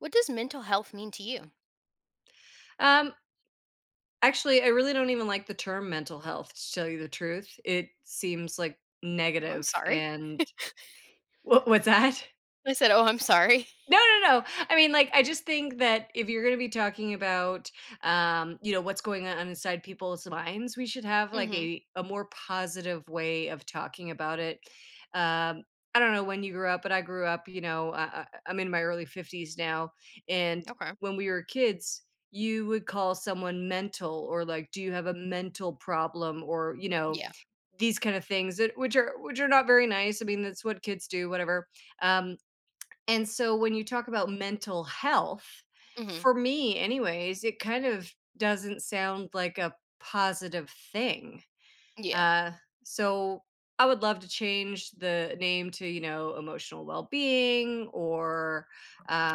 What does mental health mean to you? Um, Actually, I really don't even like the term mental health, to tell you the truth. It seems like "Oh, I'm negative sorry." and what's that? I said, "Oh, I'm sorry." No, no, no. I mean, like, I just think that if you're going to be talking about, what's going on inside people's minds, we should have like Mhm. a more positive way of talking about it. Um, I don't know when you grew up, but I grew up, I'm in my early 50s now. And Okay. when we were kids, you would call someone mental or like, do you have a mental problem or, you know, Yeah. these kind of things that which are not very nice. I mean, that's what kids do, whatever. Um, and so when you talk about mental health, Mhm. for me anyways, it kind of doesn't sound like a positive thing. Yeah. Uh, so I would love to change the name to, you know, emotional well-being or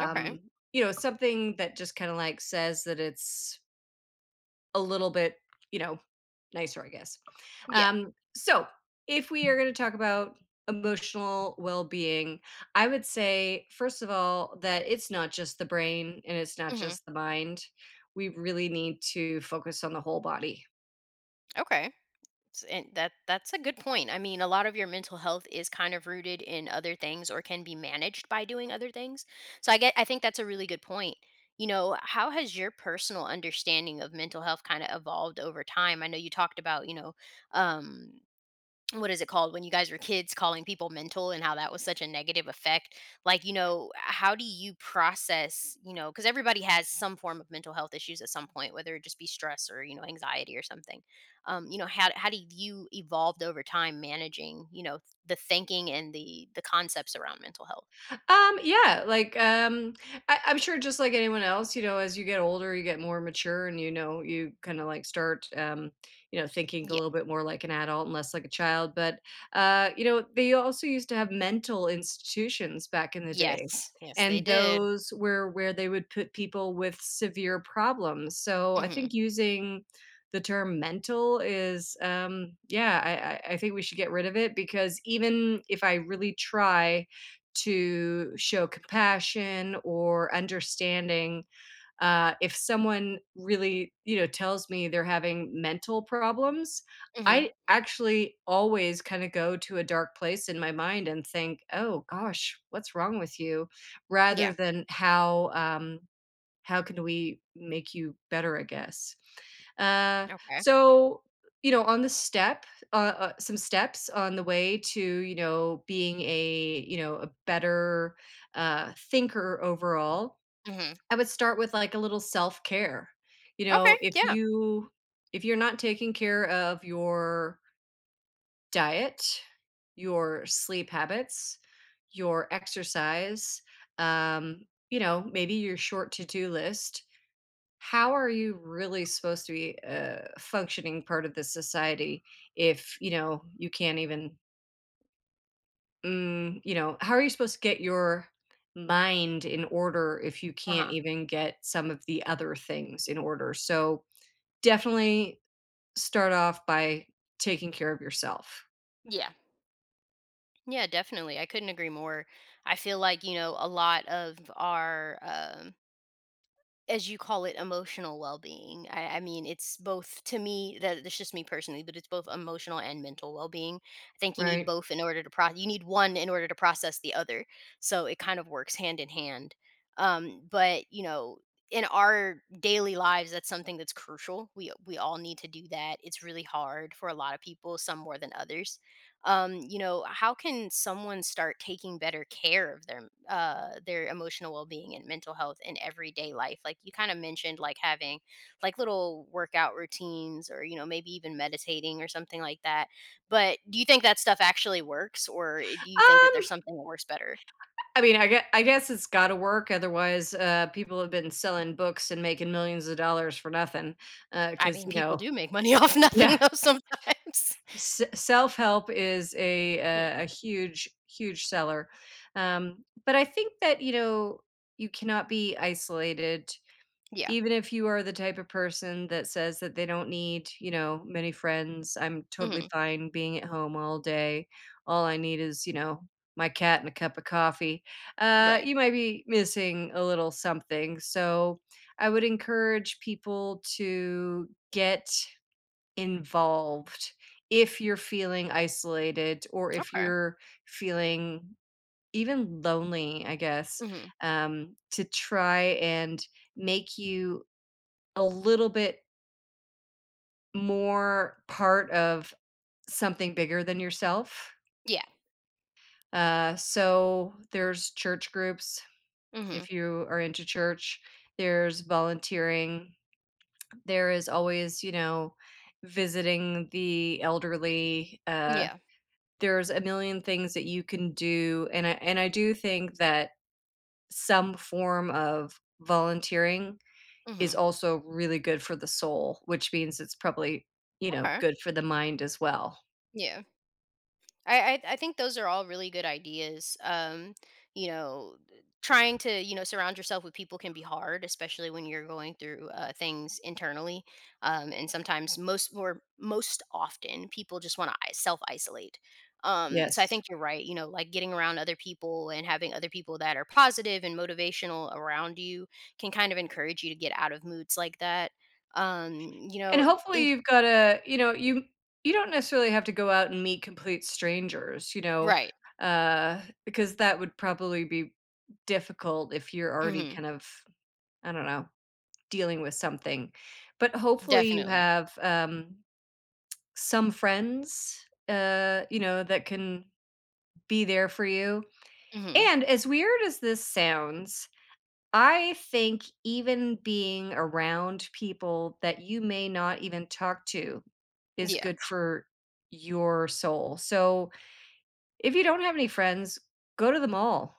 Okay. you know, something that just kind of like says that it's a little bit, you know, nicer, I guess. Yeah. So, if we are going to talk about emotional well being, I would say, first of all, that it's not just the brain and it's not Mhm. just the mind. We really need to focus on the whole body. Okay. S and that that's a good point. I mean, a lot of your mental health is kind of rooted in other things or can be managed by doing other things. So I think that's a really good point. You know, how has your personal understanding of mental health kinda evolved over time? I know you talked about, um what is it called when you guys were kids calling people mental, and how that was such a negative effect? Like, how do you process? Because everybody has some form of mental health issues at some point, whether it just be stress or anxiety or something. How do you evolved over time managing the thinking and the concepts around mental health? Yeah. I'm sure just like anyone else, you know, as you get older, you get more mature and you know, you kind of like start you know, thinking a Yeah. little bit more like an adult and less like a child. But you know, they also used to have mental institutions back in the day. Yes, yes they And did. those were where they would put people with severe problems. So I Mm-hmm. think using the term mental is yeah, I think we should get rid of it because even if I really try to show compassion or understanding. If someone really, you know, tells me they're having mental problems, Mm-hmm. I actually always kind of go to a dark place in my mind and think, "Oh gosh, what's wrong with you?" rather Yeah. than how can we make you better, I guess. uh, Okay. so you know on the step, some steps on the way to you know being a you know a better thinker overall. Mm-hmm. I would start with like a little self-care. You Okay. know, if Yeah. you, if you're not taking care of your diet, your sleep habits, your exercise, um you know, maybe your short to-do list, how are you really supposed to be a functioning part of this society if you know you can't even you know, how are you supposed to get your mind in order if you can't Uh-huh. even get some of the other things in order? So definitely start off by taking care of yourself. Yeah. Yeah, definitely. I couldn't agree more. I feel like, a lot of our, as you call it, emotional well being. I mean, it's both to me, that it's just me personally, but it's both emotional and mental well being. I think you need Right. both in order to process, you need one in order to process the other. So it kind of works hand in hand. But in our daily lives that's something that's crucial. We all need to do that. It's really hard for a lot of people, some more than others. How can someone start taking better care of their emotional well-being and mental health in everyday life, like you kind of mentioned, like having like little workout routines, or maybe even meditating or something like that? But do you think that stuff actually works, or do you think that um there's something that works better? I guess it's got to work, otherwise people have been selling books and making millions of dollars for nothing. I Cuz mean, you people know, do make money off nothing yeah, though sometimes. Self-help is Yeah. A huge seller. But I think that you know, you cannot be isolated. Yeah. Even if you are the type of person that says that they don't need you know many friends, I'm totally Hmm. fine being at home all day, all I need is you know, my cat and a cup of coffee. Right. You might be missing a little something, so I would encourage people to get involved. If you're feeling isolated or if Okay. you're feeling even lonely, I guess, Hmm. To try and make you a little bit more part of something bigger than yourself. Yeah. So there's church groups, Hmm. if you are into church, there's volunteering, there is always, you know, visiting the elderly. Yeah. There's a million things that you can do, and I do think that some form of volunteering Hmm. is also really good for the soul, which means it's probably, you know, Okay. good for the mind as well. Yeah. I think those are all really good ideas. Trying to surround yourself with people can be hard, especially when you're going through things internally. And sometimes most often people just want to self isolate. So I Yes. think you're right. Like getting around other people and having other people that are positive and motivational around you can kind of encourage you to get out of moods like that. You And know, hopefully in you've got a you know, you don't necessarily have to go out and meet complete strangers, you know, Right. Because that would probably be difficult if you're already Hmm. kind of, I don't know, dealing with something. But hopefully you Definitely. have, some friends, you know, that can be there for you. Hmm. And as weird as this sounds, I think even being around people that you may not even talk to is Yeah. good for your soul. So, if you don't have any friends, go to the mall,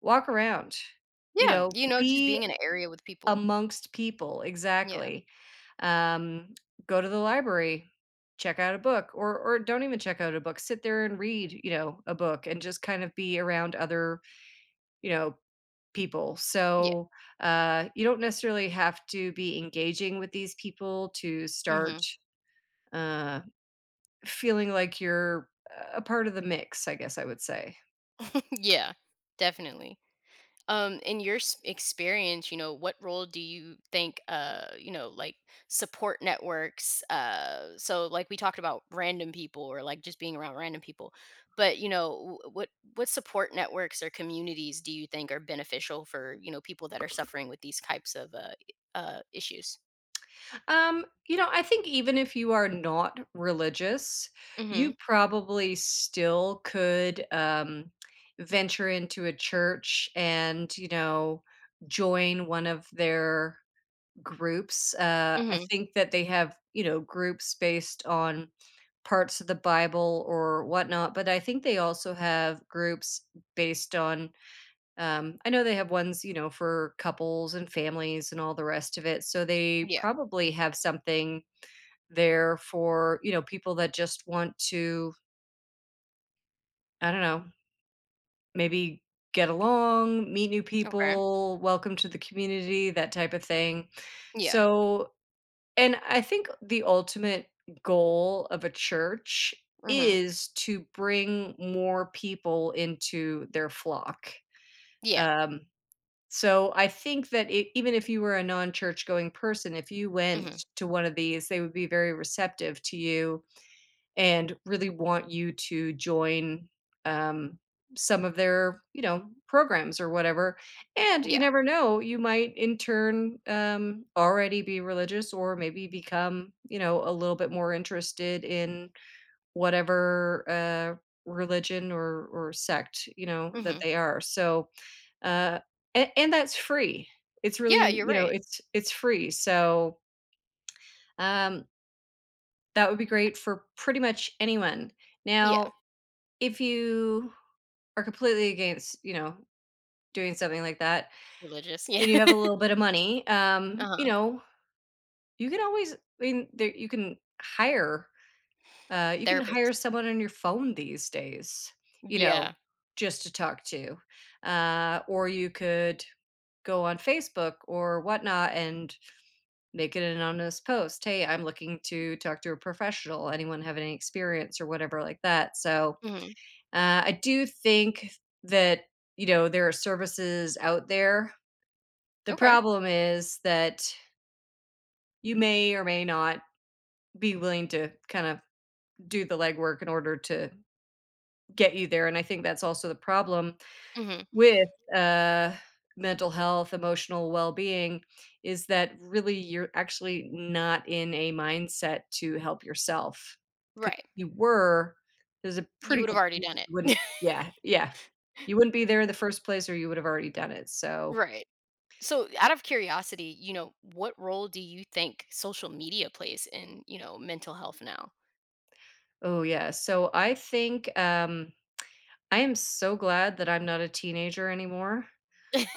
walk around, you Yeah, know, you know, just be being in an area with people. amongst people. Yeah. Exactly. Um, Go to the library, check out a book, or don't even check out a book. Sit there and read, you know, a book, and just kind of be around other, you know, people. Yeah. So you don't necessarily have to be engaging with these people to start Mhm. uh, feeling like you're a part of the mix, I guess I would say. Yeah, definitely. In your experience, what role do you think, like support networks? So, like we talked about random people, or like just being around random people, but, what support networks or communities do you think are beneficial for people that are suffering with these types of issues? You know, I think even if you are not religious, you Mm-hmm. probably still could venture into a church and, you know, join one of their groups. I Mm-hmm. think that they have, you know, groups based on parts of the Bible or whatnot, but I think they also have groups based on, I know they have ones, you know, for couples and families and all the rest of it. So they Yeah. probably have something there for, you know, people that just want to, I don't know, maybe get along, meet new Okay. people, welcome to the community, that type of thing. Yeah. So and I think the ultimate goal of a church Mm-hmm. is to bring more people into their flock. Yeah. Um, so I think that it, even if you were a non-church going person, if you went Mm-hmm. to one of these, they would be very receptive to you and really want you to join, um, some of their, you know, programs or whatever, and you Yeah. never know, you might in turn, already be religious or maybe become, you know, a little bit more interested in whatever, religion or sect, you know, that Mhm. they are, so, uh and that's free. It's Yeah, really, you're you know, right. it's free, so, um, that would be great for pretty much anyone. Yeah. Now if you are completely against, you know, doing something like that, Religious, yeah. and you have a little bit of money, you Uh-huh. know, you can always I mean, there you can hire Therapist. someone on your phone these days, you know, Yeah. just to talk to. Or you could go on Facebook or whatnot and make an anonymous post. Hey, I'm looking to talk to a professional. Anyone have any experience or whatever like that? So Mhm. I do think that, you know, there are services out there. The Okay. problem is that you may or may not be willing to kind of do the legwork in order to get you there, and I think that's also the problem Mhm. with, uh, mental health, emotional well-being, is that really you're actually not in a mindset to help yourself? Because Right. if you were, there's a You pretty would have good already chance done you wouldn't. it. Yeah, yeah. You wouldn't be there in the first place or you would have already done it, so Right. So, out of curiosity, what role do you think social media plays in, mental health now? oh, yeah. So I think, I am so glad that I'm not a teenager anymore.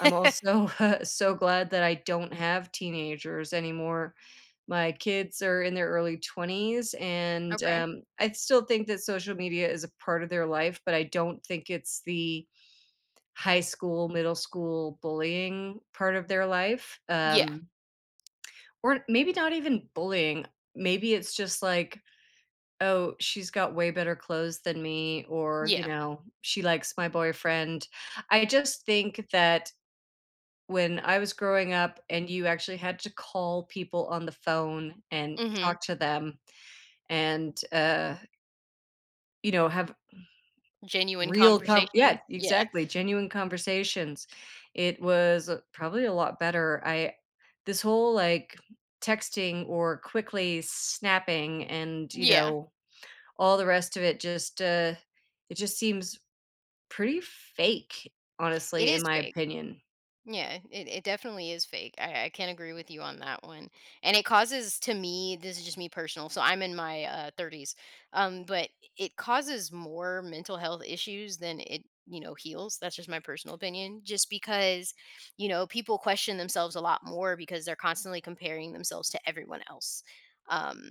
I'm also so glad that I don't have teenagers anymore. My kids are in their early 20s, and, Okay. I still think that social media is a part of their life, but I don't think it's the high school, middle school bullying part of their life, Yeah. Or maybe not even bullying. Maybe it's just like, "Oh, she's got way better clothes than me," or, you Yeah. know, "She likes my boyfriend." I just think that when I was growing up and you actually had to call people on the phone and Mhm. talk to them and, you know, have Genuine real con conversations. yeah, Yeah. exactly, genuine conversations. It was probably a lot better. I this whole, like, texting or quickly snapping and, you Yeah. know, all the rest of it just seems pretty fake, It honestly, in is my fake. opinion. Yeah, it definitely is fake. I can't agree with you on that one. And it causes, to me, this is just me personal, so I'm in my 30s. But it causes more mental health issues than it, heals. That's just my personal opinion. Just because, people question themselves a lot more because they're constantly comparing themselves to everyone else. Um,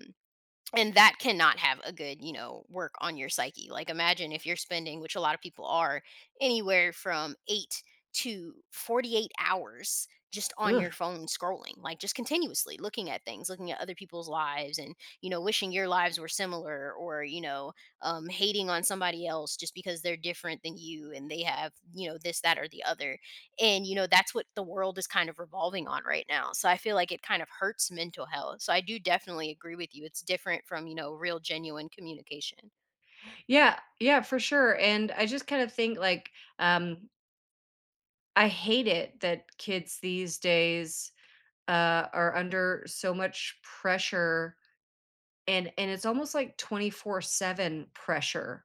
and that cannot have a good work on your psyche. Like, imagine if you're spending, which a lot of people are, anywhere from 8 to 48 hours just on Ugh. your phone scrolling, like just continuously looking at things, looking at other people's lives, and wishing your lives were similar, or hating on somebody else just because they're different than you, and they have this, that or the other. And that's what the world is kind of revolving on right now. So I feel like it kind of hurts mental health. So I do definitely agree with you, it's different from real, genuine communication. Yeah, yeah, for sure, and I just kinda think, like, um, I hate it that kids these days are under so much pressure and it's almost like 24/7 pressure.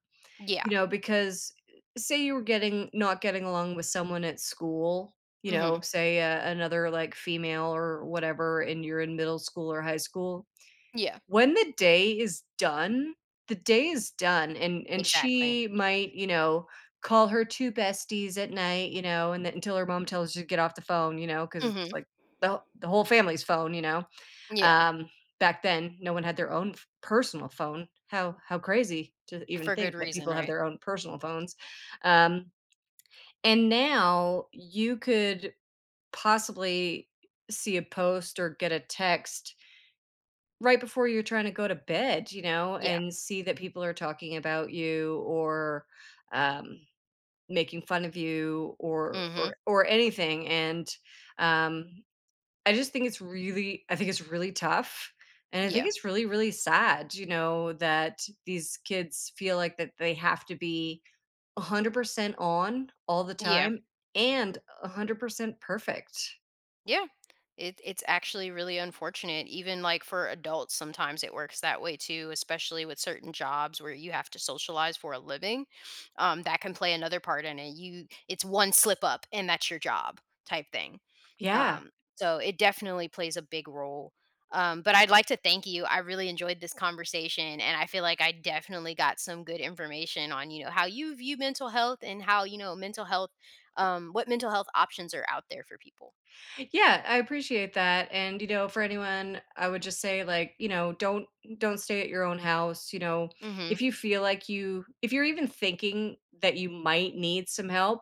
You Yeah. know, because say you were getting not getting along with someone at school, you know, Hmm. say, another, like, female or whatever, and you're in middle school or high school. Yeah, When the day is done, the day is done, and exactly. she might, you know, call her two besties at night, you know, and then until her mom tells her to get off the phone, you know, because Hmm. it's, like, the whole family's phone, you know? Yeah, Um, Back then, no one had their own f personal phone. How crazy to even for good think that reason, people have right. their own personal phones. Um, and now you could possibly see a post or get a text right before you're trying to go to bed, you know, Yeah. and see that people are talking about you or, um, making fun of you or Hmm. or or anything, and, um I just think it's really I think it's really tough, and I think Yeah. it's really, really sad, you know, that these kids feel like that they have to be 100% on all the Yeah. time and 100% perfect. Yeah. It's actually really unfortunate. Even like for adults, sometimes it works that way too, especially with certain jobs where you have to socialize for a living. That can play another part in it. You It's one slip up and that's your job type thing. Yeah. Um, so it definitely plays a big role. But I'd like to thank you. I really enjoyed this conversation and I feel like I definitely got some good information on, how you view mental health, and how, mental health, what mental health options are out there for people. Yeah, I appreciate that. And you know, for anyone, I would just say like, you know, don't stay at your own house, you know. Hmm. If you feel like you if you're even thinking that you might need some help,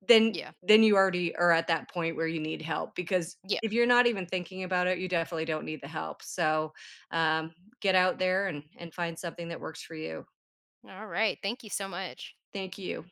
then Yeah. then you already are at that point where you need help because Yeah. if you're not even thinking about it, you definitely don't need the help. So, um, get out there and find something that works for you. All right. Thank you so much. Thank you.